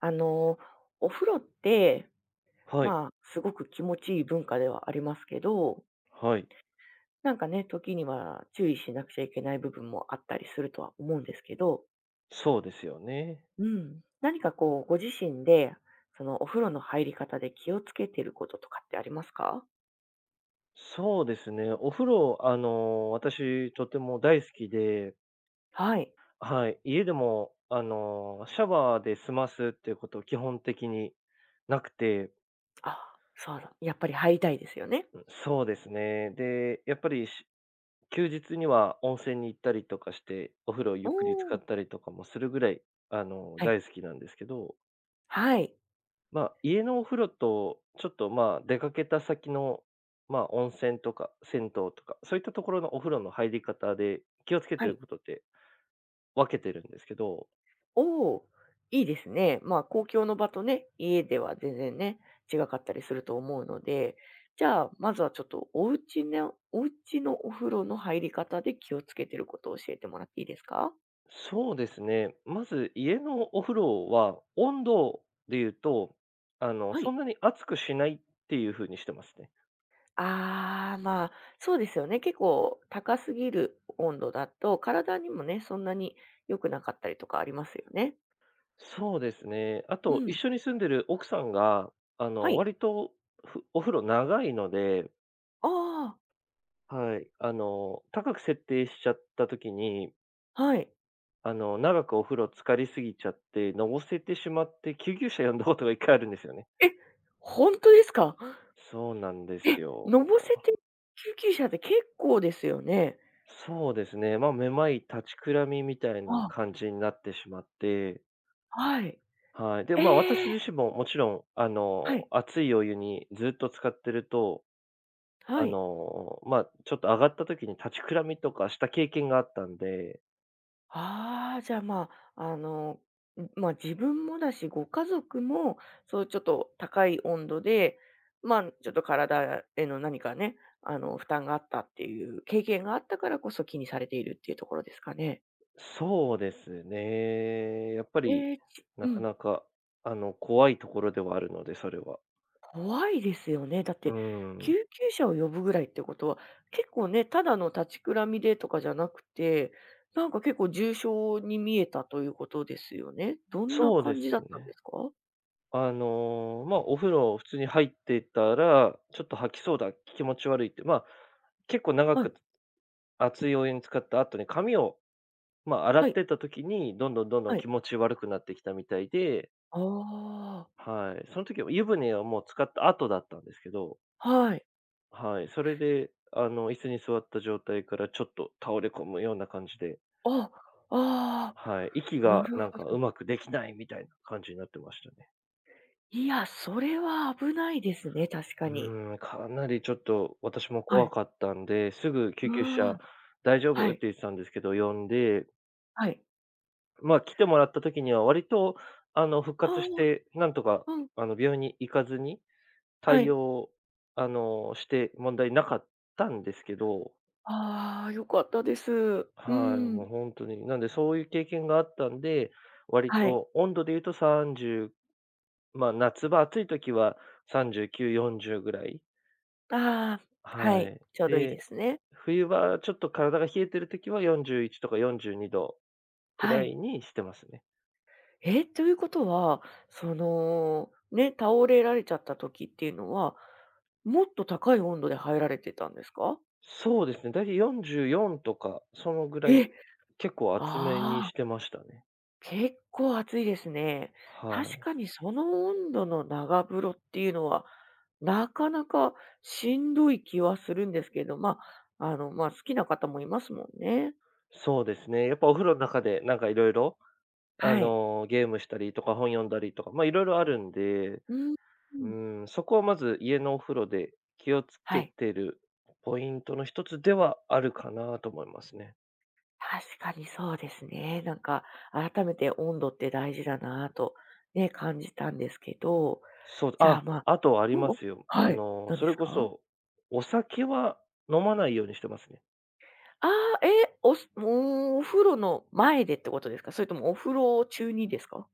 あの、お風呂って、はい、まあ、すごく気持ちいい文化ではありますけど、はい。なんかね、時には注意しなくちゃいけない部分もあったりするとは思うんですけど、そうですよね。うん。何かこう、ご自身で、そのお風呂の入り方で気をつけてることとかってありますか？そうですね。お風呂、私とても大好きで、はい。はい、家でも、シャワーで済ますっていうこと基本的になくて、あ、そうだ。やっぱり入りたいですよね。うん、そうですね。で、やっぱり休日には温泉に行ったりとかして、お風呂をゆっくり使おー。ったりとかもするぐらい、はい。大好きなんですけど、はい。まあ、家のお風呂と、ちょっと、まあ、出かけた先の、まあ、温泉とか銭湯とか、そういったところのお風呂の入り方で気をつけはてるい。ことって分けてるんですけど、おお、いいですね。まあ、公共の場とね、家では全然ね、違かったりすると思うので、じゃあ、まずはちょっとお家のお風呂の入り方で気をつけてることを教えてもらっていいですか？そうですね、まず家のお風呂は温度で言うと、はそい。んなに熱くしないっていう風にしてますね。ああ、まあ、そうですよね。結構高すぎる温度だと、体にもね、そんなに良くなかったりとかありますよね。そうですね。あうと、ん。一緒に住んでる奥さんが、はい。割とお風呂長いので、ああ、はい、高く設定しちゃった時に、はい。長くお風呂浸かりすぎちゃって、のぼせてしまって、救急車呼んだことが1回あるんですよね。え、本当ですか？そうなんですえ、よ。のぼせて救急車って結構ですよね。そうですね、まあ、めまい、立ちくらみみたいなあ、感じになってしまって、はい。はい。で、まあ、え私え、自身ももちろん、はい、熱いお湯にずっと使ってると、はい。ちょっと上がった時に立ちくらみとかした経験があったんで、ああ、じゃあ、まあ、まあ、自分もだし、ご家族も、そうちょっと高い温度で、まあ、ちょっと体への何かね、負担があったっていう経験があったからこそ気にされているっていうところですかね。そうですね、やっぱり、ええ、ちなうかん。なか、怖いところではあるので、それは。怖いですよね。だっうて、救ん、急車を呼ぶぐらいってことは、結構ね、ただの立ちくらみでとかじゃなくて、なんか結構重症に見えたということですよね。どんなそうで感すじだったんでね。すか？まあ、お風呂普通に入ってたら、ちょっと吐きそうだ、気持ち悪いって、まあ、結構長はい、く熱いお湯に使った後に髪を、まあ、洗はっい、てた時に、どんどんどんどはんい。気持ち悪くなってきたみたいで、ああ、はい。その時は湯船はもう使った後だったんですけど、はい。はい、それで、椅子に座った状態からちょっと倒れ込むような感じで、あ、ああ、はい、息ながるほなんかうど。まくできないみたいな感じになってましたね。いや、それは危ないですね、確かうに。ーん、かなりちょっと私もは怖い。かったんで、すぐ救急あ車あ、大丈は夫？ってい、言ってたんですけど、呼んで、はい。ま、来てもらった時には割と、復あ活して、なんとか、あ、うん、病院に行かずには対い。応、して問題なかったんですけど、ああ、良かったです。うーはい、もん、う本当に。なんでそういう経験があったんで、割はい。と温度で言うと30夏場暑い時は39、40ぐらい、ああ、ははい、い。ちょうどいいでで、すね。冬場ちょっと体が冷えてる時は41とか42度くはらい。いにしてますね。え、ということは、その、ね、倒れられちゃった時っていうのは、もっと高い温度で入られてたんですか？そうですね、だいたい44とか、そのぐらえ、い、結構厚めにあしてあ、ましたね。結構暑いですね。は確い。かにその温度の長風呂っていうのは、なかなかしんどい気はするんですけど、まあ、まあ、好きな方もいますもんね。そうですね、やっぱお風呂の中でなんかいろいろはい。ゲームしたりとか本読んだりとか、ま、いろいろあるんで、うん、ううん。ん、そこはまず家のお風呂で気をつはけい。てるポイントの一つではあるかなと思いますね。確かにそうですね。なんか、改めて温度って大事だなぁと、ね、感じたんですけど、そう、じゃあ、あ、まあ、あとありまもう、すよ。はい、何でそすれこか？そ、お酒は飲まないようにしてますね。ああ、え、おすもう、お風呂の前でってことですか？それともお風呂中にですか？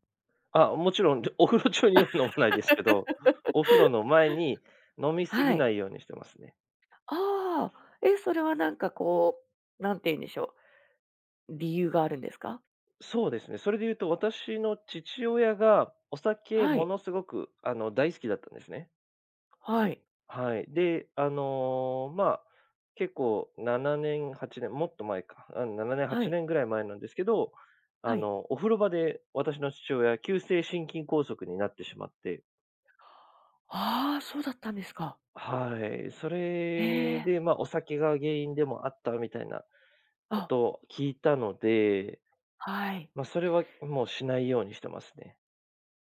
あ、もちろん、でお風呂中には飲まないですけど、お風呂の前に飲み過はぎない。いようにしてますね。ああ、え、それはなんかこう、なんて言うんでしょう、理由があるんですか？そうですね。それで言うと、私の父親がお酒はもい、のすごく、大好きだったんですね。はい、はい。で、まあ、結構7年、8年、もっと前か、うん、7年、は8い、年ぐらい前なんですけど、はい。お風呂場で私の父親、急性心筋梗塞になってしまって、ああ、そうだったんですか。はい。そへれえ、で、まあ、お酒が原因でもあったみたいなこあ、とを聞いたので、はい。まあ、それはもうしないようにしてますね。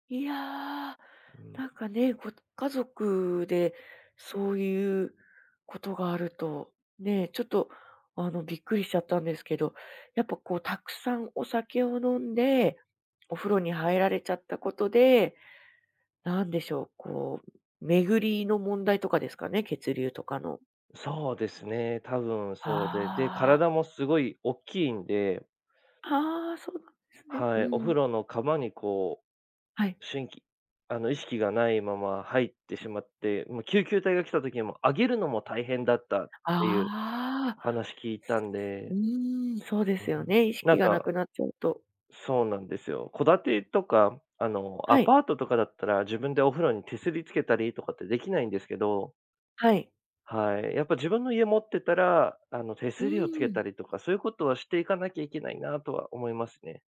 いやー、うん、なんかね、ご家族でそういうことがあると、ね、ちょっと、びっくりしちゃったんですけど、やっぱこう、たくさんお酒を飲んで、お風呂に入られちゃったことで、なんでしょう、こう、巡りの問題とかですかね、血流とかの。そうですね、多分そうで、で、あ体もすごい大きいんで、あ、ああ、そうなんですね。うはい、お風ん。呂の釜にこはい。しきあの、意識がないまま入ってしまって、もう救急隊が来た時にも上げるのも大変だったっていうああ、話聞いたんうで、ーん、そうでうすん、よね、意な識んがなか、くなっちゃうと。そうなんですよ。戸建てとか、はアい、パートとかだったら自分でお風呂に手すりつけたりとかってできないんですけど、はい。はい、やっぱ自分の家持ってたら、手うすりをつけん。たりとか、そういうことはしていかなきゃいけないなとは思いますね。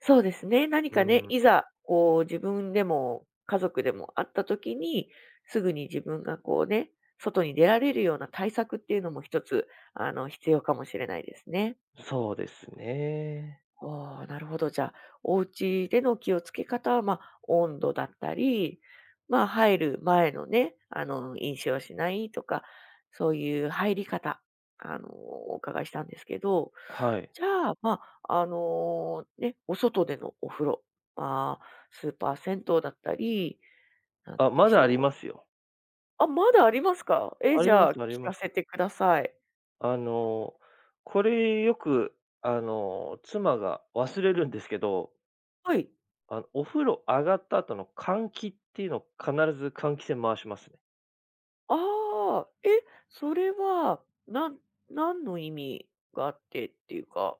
そうですね。何うかね、ん、いざ、こう自分でも家族でもあった時に、すぐに自分がこうね、外に出られるような対策っていうのも一つ、必要かもしれないですね。そうですね。ああ、なるほど。じゃあ、お家での気をつけ方は、まあ、温度だったり、まあ、入る前のね、飲酒をしないとか、そういう入り方、お伺いしたんですけど、はい。じゃあ、まあ、お外でのお風呂、まあ、スーパー銭湯だったり、なんあ、でましだありょまう。すよ。あ、まだありますか？え、あじりまゃあ、聞すありまかす。せてください。あの、これよく、妻が忘れるんですけど、はい。お風呂上がった後の換気っていうのを必ず換気扇回しますね。ああ、え、それは、何の意味があってっていうか、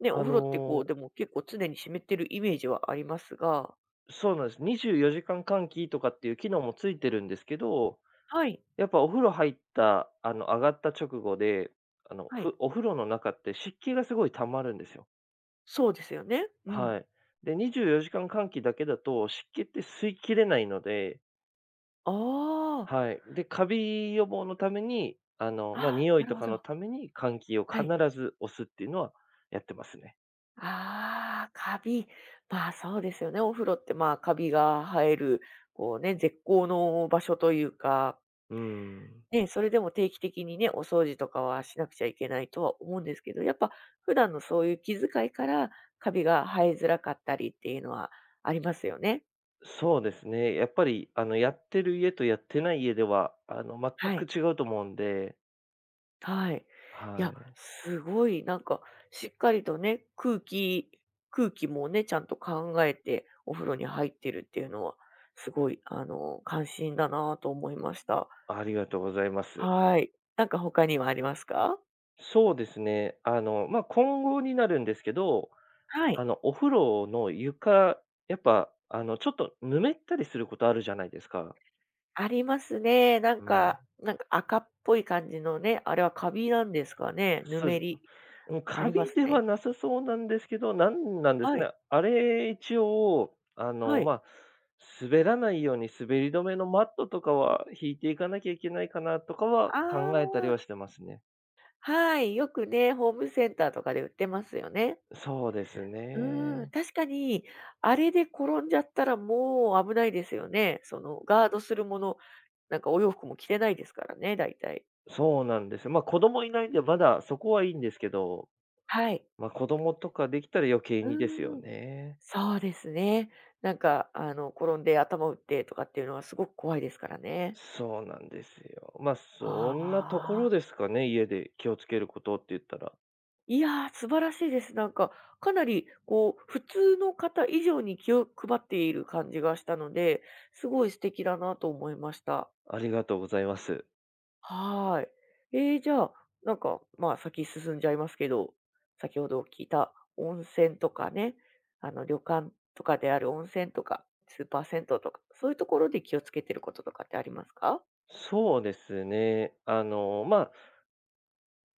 ね、おあ風呂ってこう、の、でも結構常に湿ってるイメージはありますが、そうなんです。24時間換気とかっていう機能もついてるんですけど、はい、やっぱお風呂入った、上がった直後で、はい。お風呂の中って湿気がすごい溜まるんですよ。そうですよね。うん。はい。で、24時間換気だけだと湿気って吸いきれないので、ああ、はい。で、カビ予防のために、ああ、匂ないるとほかど。のために、換気をは必い。ず押すっていうのはやってますね。ああ、カビ。まあ、そうですよね。お風呂って、まあ、カビが生える、こうね、絶好の場所というかうーん。ね、それでも定期的にね、お掃除とかはしなくちゃいけないとは思うんですけど、やっぱ普段のそういう気遣いから、カビが生えづらかったりっていうのはありますよね。そうですね。やっぱり、やってる家とやってない家では、全はくい。違うと思うんで、はい。いはや、い。すごいなんか、しっかりとね、空気もね、ちゃんと考えてお風呂に入ってるっていうのは、すごい、関心だなぁと思いました。ありがとうございます。はい。なんか他にはありますか？そうですね。今後になるんですけど、はい。お風呂の床、やっぱ、ちょっとぬめったりすることあるじゃないですか。ありますね。なんうん。かなんか赤っぽい感じのね、あれはカビなんですかね、ぬそうでめす。りうん、あカりまビすではね。なさそうなんですけど、なんなんですはい、ね。あれ、一応、はい。滑らないように滑り止めのマットとかは引いていかなきゃいけないかなとかはあ考えたりはあ、してますね。はい、よくね、ホームセンターとかで売ってますよね。そうですうーん、ね。確かに、あれで転んじゃったらもう危ないですよね。そのガードするもの、なんかお洋服も着てないですからね、大体。そうなんですよ。ま、子供いないんで、まだそこはいいんですけど、はい。ま、子供とかできたら余計うにですよーん、ね。そうですね。なんか転んで頭打ってとかっていうのはすごく怖いですからね。そうなんですよ。ま、そんなとこあろあ、ですかね、家で気をつけることって言ったら。いやー、素晴らしいです。なんか、かなりこう、普通の方以上に気を配っている感じがしたので、すごい素敵だなと思いました。ありがとうございます。はーい。じゃあ、なんか、まあ、先進んじゃいますけど、先ほど聞いた温泉とかね、旅館とかである温泉とか、スーパー銭湯とか、そういうところで気をつけてることとかってありますか？そうですね。まあ、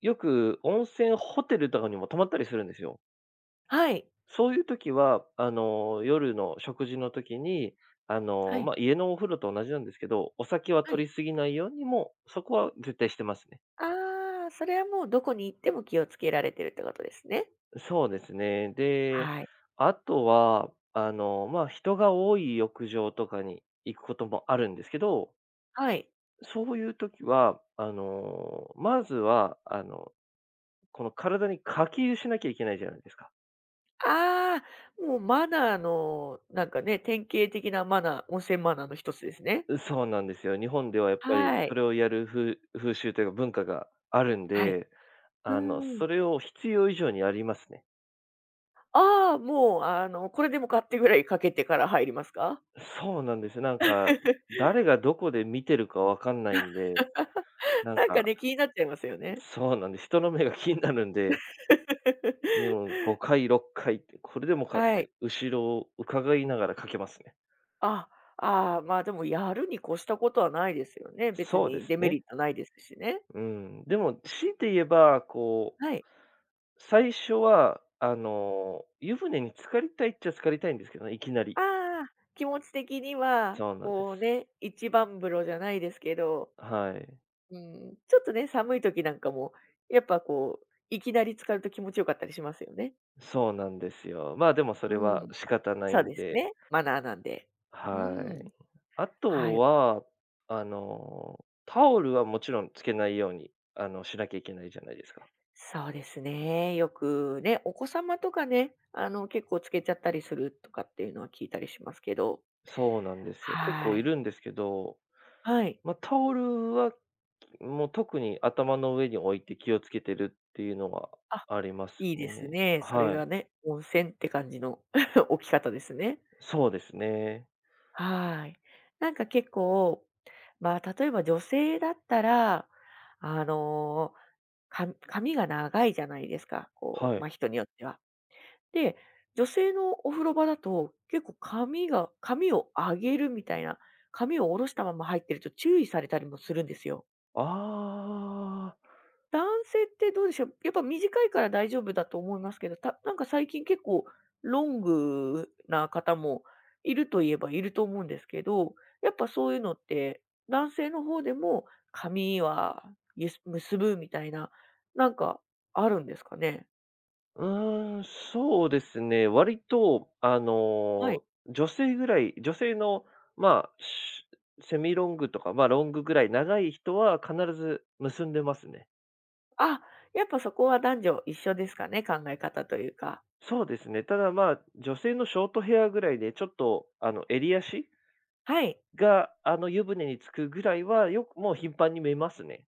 よく温泉ホテルとかにも泊まったりするんですよ。はい。そういう時は、夜の食事の時に、はい。まあ、家のお風呂と同じなんですけど、お酒はは摂い。りすぎないようにも、そこは絶対してますね。ああ、それはもうどこに行っても気をつけられてるってことですね。そうですね。で、はい。あとは、まあ、人が多い浴場とかに行くこともあるんですけど、はい。そういう時は、まずは、この体に課金しなきゃいけないじゃないですか。ああ、もうマナーの、なんかね、典型的なマナー、温泉マナーの一つですね。そうなんですよ。日本ではやっぱりはそい。れをやる風習というか文化があるんはい。で、うーん。それを必要以上にやりますね。ああ、もう、これでもかってぐらいかけてから入りますか？そうなんですよ。なんか、誰がどこで見てるかわかんないんで、なんなんかか、ね、気になっちゃいますよね。そうなんです。人の目が気になるんで、う ん、5回、6回って、これでもかって、はい。後ろを伺いながらかけますね。あ、ああ、まあ、でもやるに越したことはないですよね。別そうでにすデメね。リットないですしね。うん。でも、強いて言えば、こはう、い。最初は、湯船に浸かりたいっちゃ浸かりたいんですけどね、いきなり。ああ、気持ち的には、そうなんでこうす。ね、一番風呂じゃないですけど、はい。うん、ちょっとね、寒い時なんかも、やっぱこう、いきなり浸かると気持ちよかったりしますよね。そうなんですよ。まあ、でもそれうん。は仕方なそいうんですで、ね、マナーなんで。はうん。い。あはとい、は、タオルはもちろんつけないように、しなきゃいけないじゃないですか。そうですね。よくね、お子様とかね、結構つけちゃったりするとかっていうのは聞いたりしますけど。そうなんですよ。結は構いい。るんですけど、はい。まあ、タオルは、もう特に頭の上に置いて気をつけてるっていうのはあ、ありますいいですね。ね。それはい。がね、温泉って感じの 置き方ですね。そうですね。はい。なんか結構、まあ、例えば女性だったら、あのか髪が長いじゃないですか、こはう、ま、い。人によっては。で、女性のお風呂場だと、結構髪を上げるみたいな、髪を下ろしたまま入ってると注意されたりもするんですよ。ああ。男性ってどうでしょう、やっぱ短いから大丈夫だと思いますけど、なんか最近結構ロングな方もいるといえばいると思うんですけど、やっぱそういうのって、男性の方でも髪は結ぶみたいな、なんかあるんですかね？うーん、そうですね。割と、はい。女性ぐらい、女性の、まあ、セミロングとか、まあ、ロングぐらい長い人は必ず結んでますね。あ、やっぱそこは男女一緒ですかね、考え方というか。そうですね。ただまあ、女性のショートヘアぐらいで、ちょっと、襟足はい。が、湯船につくぐらいは、よくもう頻繁に見ますね。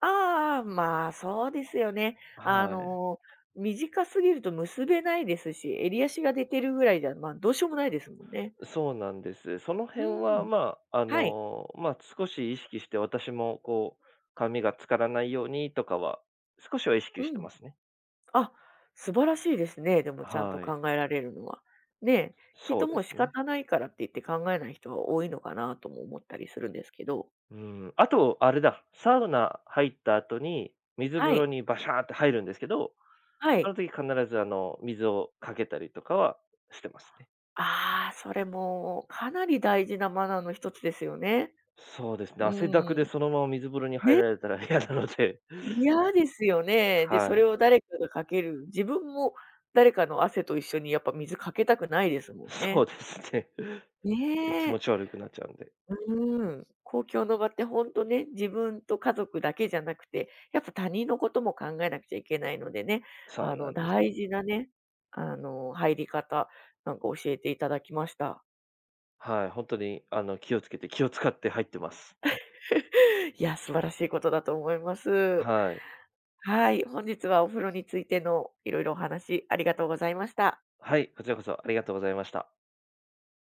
ああ、まあ、そうですよね。あはい。の、短すぎると結べないですし、襟足が出てるぐらいじゃ、まあ、どうしようもないですもんね。そうなんです。そのう辺は、ん。まあ、はい。少し意識して、私もこう、髪がつからないようにとかは、少しは意識うしてん。ますね。あ、素晴らしいですね、でもちゃんとはい。考えられるのは。ねえ、きっそうとでもうす仕ね。方ないからって言って考えない人は多いのかなとも思ったりするんですけど。うん。あと、あれだ、サウナ入った後に、水は風呂い。にバシャーって入るんですけど、はそのい。時必ず、水をかけたりとかはしてますね。ああ、それもかなり大事なマナーの一つですよね。そうですね。う汗だくでん。そのまま水風呂に入ね、られたら嫌なので、嫌ですよね。で、そはれい。を誰かがかける。自分も誰かの汗と一緒にやっぱ水かけたくないですもんそね。うですね。ね 気持え。ち悪くなっちゃうんで。うん。公共の場って本当ね、自分と家族だけじゃなくて、やっぱ他人のことも考えなくちゃいけないのでね、そあうなのんです。大事なね、あの入り方、なんか教えていただきました。はい、本当に気をつけて気を使って入ってます。いや、素晴らしいことだと思います。はい。はい、本日はお風呂についてのいろいろお話ありがとうございました。はい、こちらこそありがとうございました。